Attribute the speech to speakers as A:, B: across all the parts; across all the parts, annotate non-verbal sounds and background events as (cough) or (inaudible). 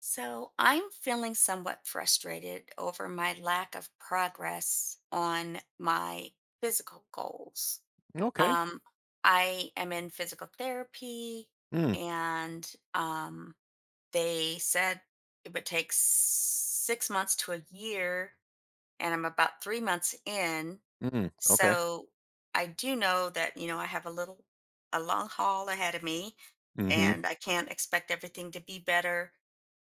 A: So I'm feeling somewhat frustrated over my lack of progress on my physical goals.
B: Okay.
A: Um, I am in physical therapy,
B: Mm,
A: and they said it would take 6 months to a year, and I'm about 3 months in.
B: mm, okay.
A: So I do know that, you know, I have a little, a long haul ahead of me,
B: Mhm.
A: and I can't expect everything to be better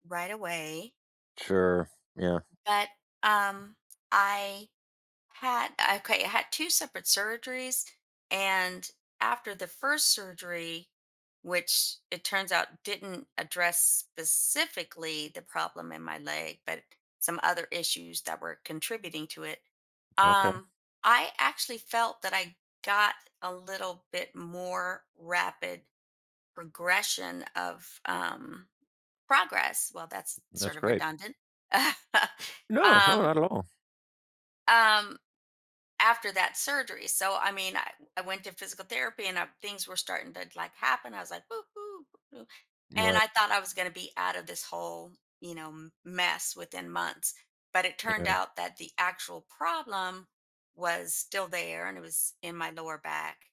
A: right away.
B: Sure. Yeah.
A: But um, I had okay, I had two separate surgeries, and after the first surgery, which it turns out didn't address specifically the problem in my leg, but some other issues that were contributing to it,
B: Okay.
A: um, I actually felt that I got a little bit more rapid progression of progress. Well, that's
B: That's
A: sort of
B: great.
A: redundant. (laughs)
B: No, no,
A: um,
B: not at all.
A: um After that surgery, so I mean, I went to physical therapy, and I, things were starting to like happen. I was like, woo, woo, woo, and
B: Right.
A: I thought I was going to be out of this whole mess within months. But it turned
B: Yeah.
A: out that the actual problem was still there, and it was in my lower back.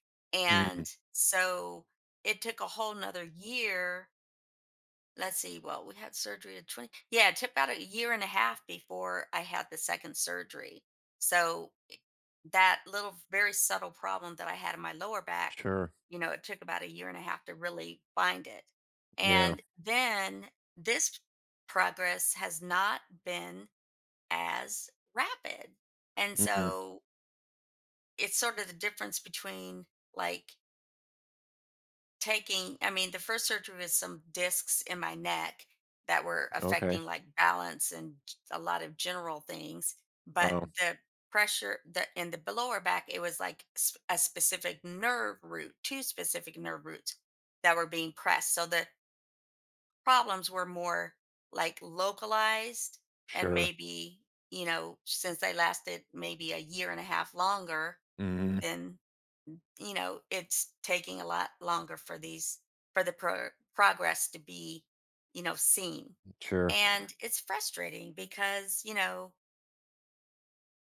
B: Mm,
A: And so it took a whole nother year. Let's see, well, we had surgery at 20, yeah, it took about a year and a half before I had the second surgery. So that little very subtle problem that I had in my lower back,
B: sure.
A: you know, it took about a year and a half to really find it.
B: Yeah.
A: And then this progress has not been as rapid. And
B: Mm,
A: so it's sort of the difference between like taking I mean, the first surgery was some discs in my neck that were
B: okay.
A: affecting like balance and a lot of general things, but
B: Oh,
A: the pressure the in the lower back, it was like a specific nerve root, two specific nerve roots that were being pressed. So the problems were more like localized and
B: sure.
A: maybe, you know, since they lasted maybe a year and a half longer
B: Mhm.
A: than, it's taking a lot longer for these for the progress to be seen.
B: Sure.
A: And it's frustrating because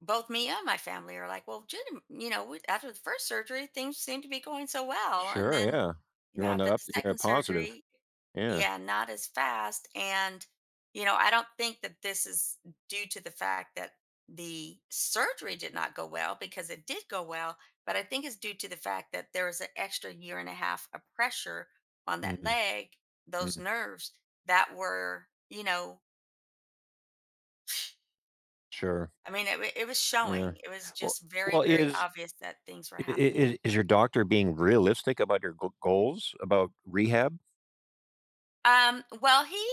A: both me and my family are like, well, Jen, after the first surgery, things seem to be going so well. And
B: Sure.
A: then,
B: Yeah. You're on the
A: after the
B: up. You're a
A: second
B: positive.
A: surgery.
B: Yeah.
A: Yeah, not as fast. And, I don't think that this is due to the fact that the surgery did not go well, because it did go well, but I think it's due to the fact that there was an extra year and a half of pressure on that
B: Mm,
A: leg,
B: mm,
A: those nerves that were,
B: sure.
A: I mean, it was
B: Yeah.
A: showing. It was
B: Well,
A: just very,
B: well,
A: very
B: is
A: obvious that things were happening.
B: is your doctor being realistic about your goals about rehab?
A: Well, he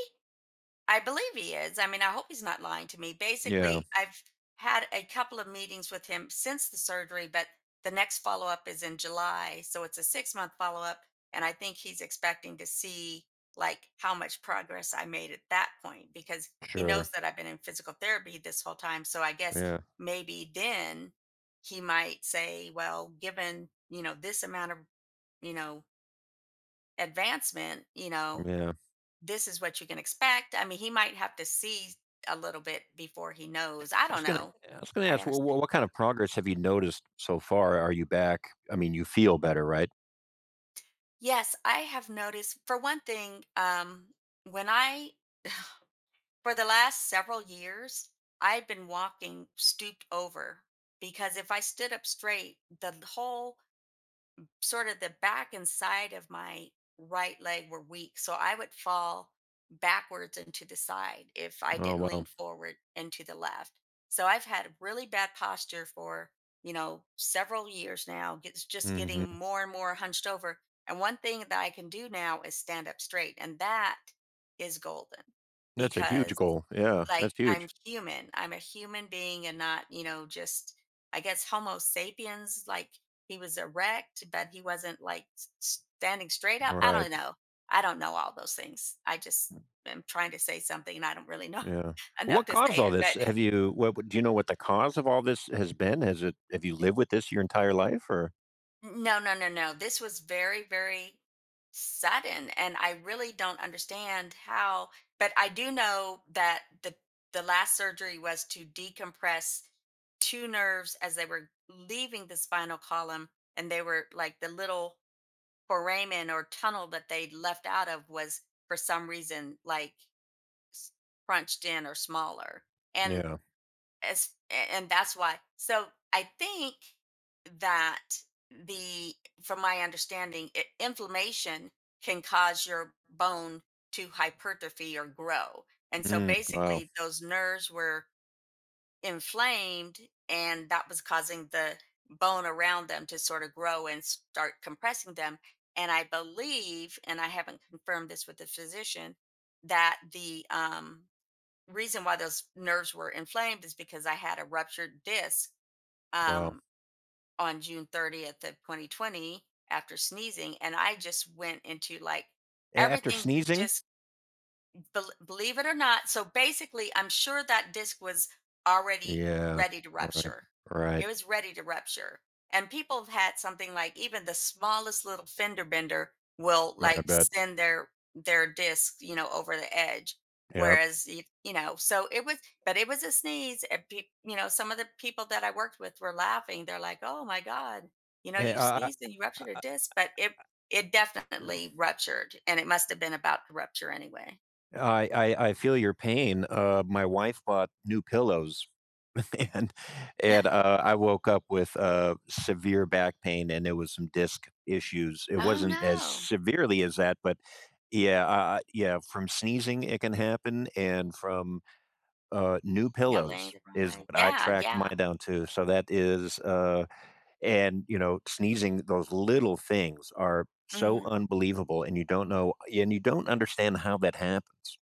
A: I believe he is. I mean, I hope he's not lying to me.
B: Yeah.
A: Basically, I've had a couple of meetings with him since the surgery, but the next follow up is in July. So it's a 6 month follow up. And I think he's expecting to see like how much progress I made at that point, because he
B: Sure.
A: knows that I've been in physical therapy this whole time. So I guess
B: Yeah.
A: maybe then he might say, well, given, this amount of, you know, advancement,
B: Yeah.
A: this is what you can expect. I mean, he might have to see a little bit before he knows. I
B: I
A: don't
B: was gonna
A: know.
B: I was gonna
A: I
B: ask, well,
A: honestly,
B: what kind of progress have you noticed so far? Are you back? I mean, you feel better, right?
A: yes, I have noticed. For one thing, when I, for the last several years, I've been walking stooped over, because if I stood up straight, the whole, sort of, the back and side of my right leg were weak. So I would fall backwards and to the side if I
B: Oh,
A: didn't
B: wow.
A: lean forward and to the left. So I've had really bad posture for, several years now. It's just
B: Mhm.
A: getting more and more hunched over. And one thing that I can do now is stand up straight. And that is golden,
B: That's a huge
A: because
B: goal. Yeah,
A: like,
B: that's huge.
A: I'm human. I'm a human being and not, just, I guess, Homo sapiens, like, he was erect, but he wasn't like standing straight up.
B: All
A: I
B: right.
A: don't know. I don't know all those things. I just am trying to say something and I don't really know
B: Yeah.
A: (laughs) enough
B: What
A: to
B: caused
A: say
B: all
A: it.
B: this?
A: But.
B: Have you what do you know what the cause of all this has been? Has it have you lived with this your entire life, or
A: No, no, no, no, this was very, very sudden, and I really don't understand how, but I do know that the last surgery was to decompress two nerves as they were leaving the spinal column, and they were like the little foramen or tunnel that they left out of was for some reason like s- crunched in or smaller. And
B: Yeah.
A: and that's why, so I think that the from my understanding, inflammation can cause your bone to hypertrophy or grow, and so
B: Mm, wow.
A: basically those nerves were inflamed, and that was causing the bone around them to sort of grow and start compressing them. And I believe, and I haven't confirmed this with the physician, that the reason why those nerves were inflamed is because I had a ruptured disc
B: Wow.
A: um, on June 30th of 2020 after sneezing, and I just went into like
B: A after
A: everything
B: sneezing?
A: just believe it or not, so basically, I'm sure that disc was already
B: Yeah.
A: ready to
B: All right.
A: rupture.
B: All right.
A: It was ready to rupture. And people have had something like even the smallest little fender bender will
B: I
A: like
B: bet.
A: send their disc, over the edge.
B: Yep.
A: Whereas, so it was, but it was a sneeze. And some of the people that I worked with were laughing. They're like, "Oh my god, you know,
B: Eh,
A: you
B: I
A: sneezed and you ruptured a disc." But it definitely ruptured, and it must have been about to rupture anyway.
B: I feel your pain. My wife bought new pillows (laughs) and
A: (laughs)
B: and I woke up with severe back pain, and there was some disc issues. It
A: Oh,
B: wasn't as
A: no.
B: severely as that, but yeah, yeah. From sneezing, it can happen, and from new
A: Yeah, laying
B: pillows
A: the wrong
B: is
A: way.
B: what I
A: Yeah,
B: tracked
A: yeah.
B: mine down to. So that is, and you know, sneezing. Those little things are so
A: Mhm.
B: unbelievable, and you don't know, and you don't understand how that happens.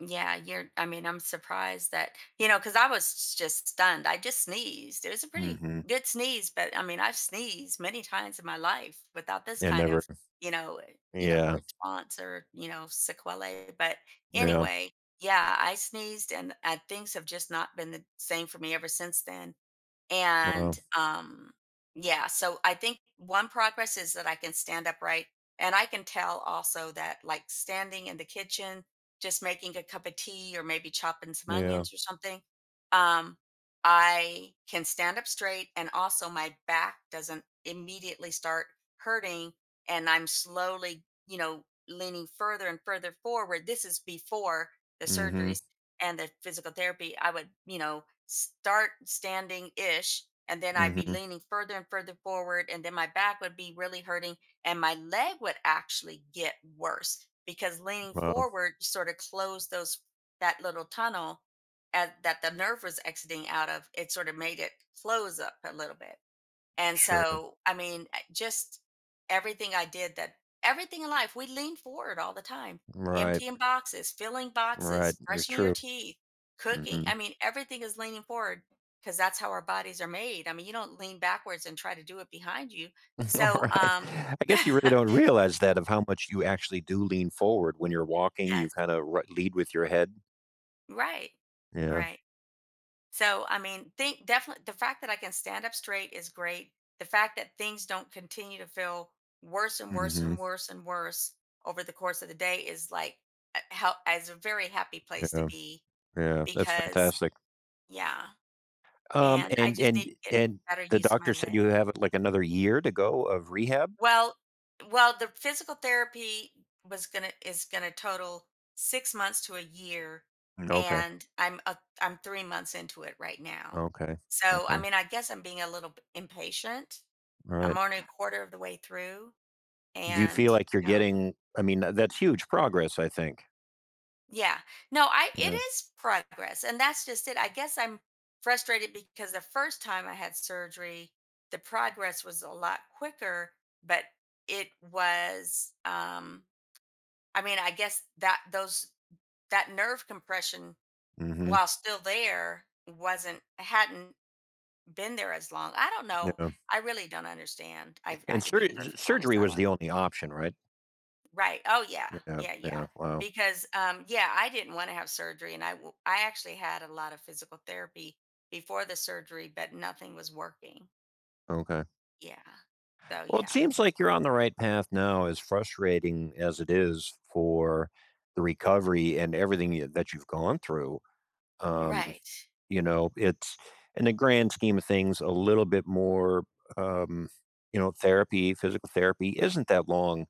A: Yeah, you're I mean, I'm surprised that, because I was just stunned. I just sneezed. It was a pretty
B: Mm-hmm.
A: good sneeze, but, I mean, I've sneezed many times in my life without this
B: And
A: kind
B: never,
A: of, you know eh,
B: yeah,
A: response or, sequelae, but
B: yeah,
A: anyway, yeah, I sneezed and, things have just not been the same for me ever since then. And
B: well,
A: yeah, so I think one progress is that I can stand upright, and I can tell also that like, standing in the kitchen just making a cup of tea or maybe chopping some
B: yeah.
A: onions or something, um I can stand up straight and also my back doesn't immediately start hurting, and I'm slowly, leaning further and further forward. This is before the
B: Mm-hmm.
A: surgery and the physical therapy, I would, start standing ish. And then I'd be
B: Mm-hmm.
A: leaning further and further forward. And then my back would be really hurting. And my leg would actually get worse because leaning
B: Well,
A: forward sort of closed that little tunnel that the nerve was exiting out of. It sort of made it close up a little bit. And
B: sure.
A: so, I mean, just, everything I did that everything in life, we lean forward all the time.
B: Right.
A: Emptying boxes, filling
B: Right.
A: boxes,
B: You're
A: brushing your
B: true.
A: teeth, cooking. I
B: Mhm.
A: mean, everything is leaning forward because that's how our bodies are made. I mean, you don't lean backwards and try to do it behind you.
B: (laughs)
A: So,
B: Right. I guess you really don't realize that of how much you actually do lean forward when you're
A: (laughs)
B: walking, you
A: yes,
B: kinda ri lead with your head.
A: right.
B: Yeah.
A: Right. So, I mean, think definitely the fact that I can stand up straight is great. The fact that things don't continue to feel worse and worse
B: Mhm.
A: and worse and worse over the course of the day is like is a very happy place to
B: Yeah.
A: be,
B: Yeah. That's
A: because
B: fantastic.
A: yeah,
B: Um,
A: and I
B: and
A: just
B: and
A: need to get
B: and
A: better
B: the
A: use of my
B: doctor
A: legs.
B: said you have, like, another year to go of rehab?
A: Well well, the physical therapy was gonna is gonna total 6 months to a year,
B: Mm, okay.
A: and I'm 3 months into it right now.
B: Okay.
A: So, I
B: Okay.
A: mean, I guess I'm being a little b impatient. I'm
B: Alright.
A: only a quarter of the way through,
B: Do you
A: and,
B: feel like you're
A: you know
B: getting I mean, that's huge progress, I think.
A: Yeah. No, I it
B: Yeah.
A: is progress, and that's just it. I guess I'm frustrated because the first time I had surgery, the progress was a lot quicker, but it was, I mean, I guess that those that nerve compression,
B: Mhm.
A: while still there, wasn't hadn't been there as long. I don't know.
B: Yeah.
A: I really don't understand. I
B: And
A: have to
B: sur
A: be perfectly
B: surgery
A: honest. I
B: was the
A: don't.
B: only option, right?
A: Right. Oh yeah.
B: Yeah,
A: Yeah. Yeah.
B: yeah, wow,
A: Because yeah, I didn't want to have surgery, and I actually had a lot of physical therapy before the surgery, but nothing was working.
B: okay.
A: Yeah. So
B: Well, it
A: yeah.
B: seems like you're on the right path now, as frustrating as it is for the recovery and everything y that you've gone through. Um,
A: Right.
B: you know, it's in the grand scheme of things, a little bit more, um, you know, therapy, physical therapy isn't that long,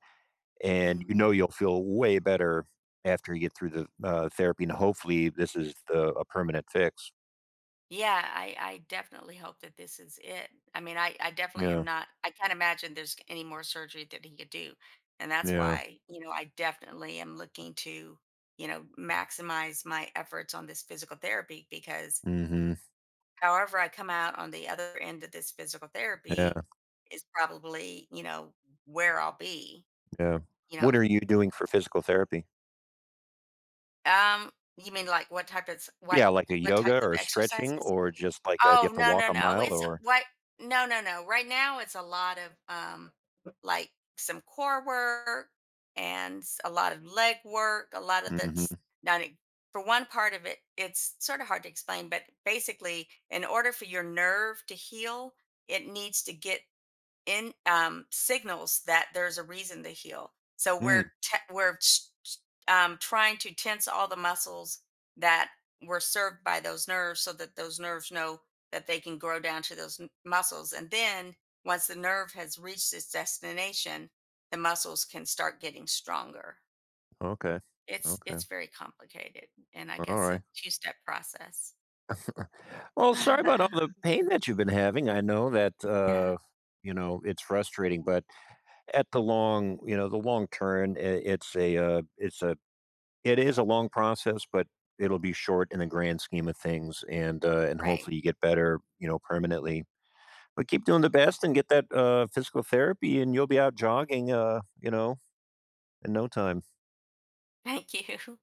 B: and you
A: Mm-hmm.
B: know you'll feel way better after you get through the, therapy, and hopefully this is the a permanent fix.
A: Yeah, I definitely hope that this is it. I mean, I definitely
B: Yeah,
A: am not, I can't imagine there's any more surgery that he could do. And that's
B: yeah,
A: why, I definitely am looking to, maximize my efforts on this physical therapy because
B: mhm,
A: however I come out on the other end of this physical therapy
B: yeah.
A: is probably, where I'll be,
B: Yeah.
A: you know.
B: What are you doing for physical therapy?
A: Um, you mean like
B: Yeah, like a
A: what
B: yoga
A: types
B: or
A: of
B: stretching,
A: exercises?
B: or just like, do you have
A: Oh,
B: to
A: no,
B: walk
A: no,
B: a
A: no,
B: mile
A: it's
B: or
A: right no, no, no, right now it's a lot of, like, some core work and s a lot of leg work, a lot of
B: Mhm.
A: that's not e for one part of it, it's sort of hard to explain, but basically, in order for your nerve to heal, it needs to get in signals that there's a reason to heal. So
B: Mm,
A: we're te- we're s- s- trying to tense all the muscles that were served by those nerves, so that those nerves know that they can grow down to those muscles, and then once the nerve has reached its destination, the muscles can start getting stronger.
B: okay.
A: It's
B: Okay.
A: it's very complicated, and I guess a
B: Alright.
A: two step process.
B: Well,
A: (laughs)
B: sorry
A: yeah,
B: about all the pain that you've been having. I know that, you know, it's frustrating, but at the long you know, the long turn, I it's a, it is a long process, but it'll be short in the grand scheme of things, and
A: right.
B: hopefully you get better, you know, permanently. But keep doing the best and get that, physical therapy, and you'll be out jogging, you know, in no time.
A: Thank you.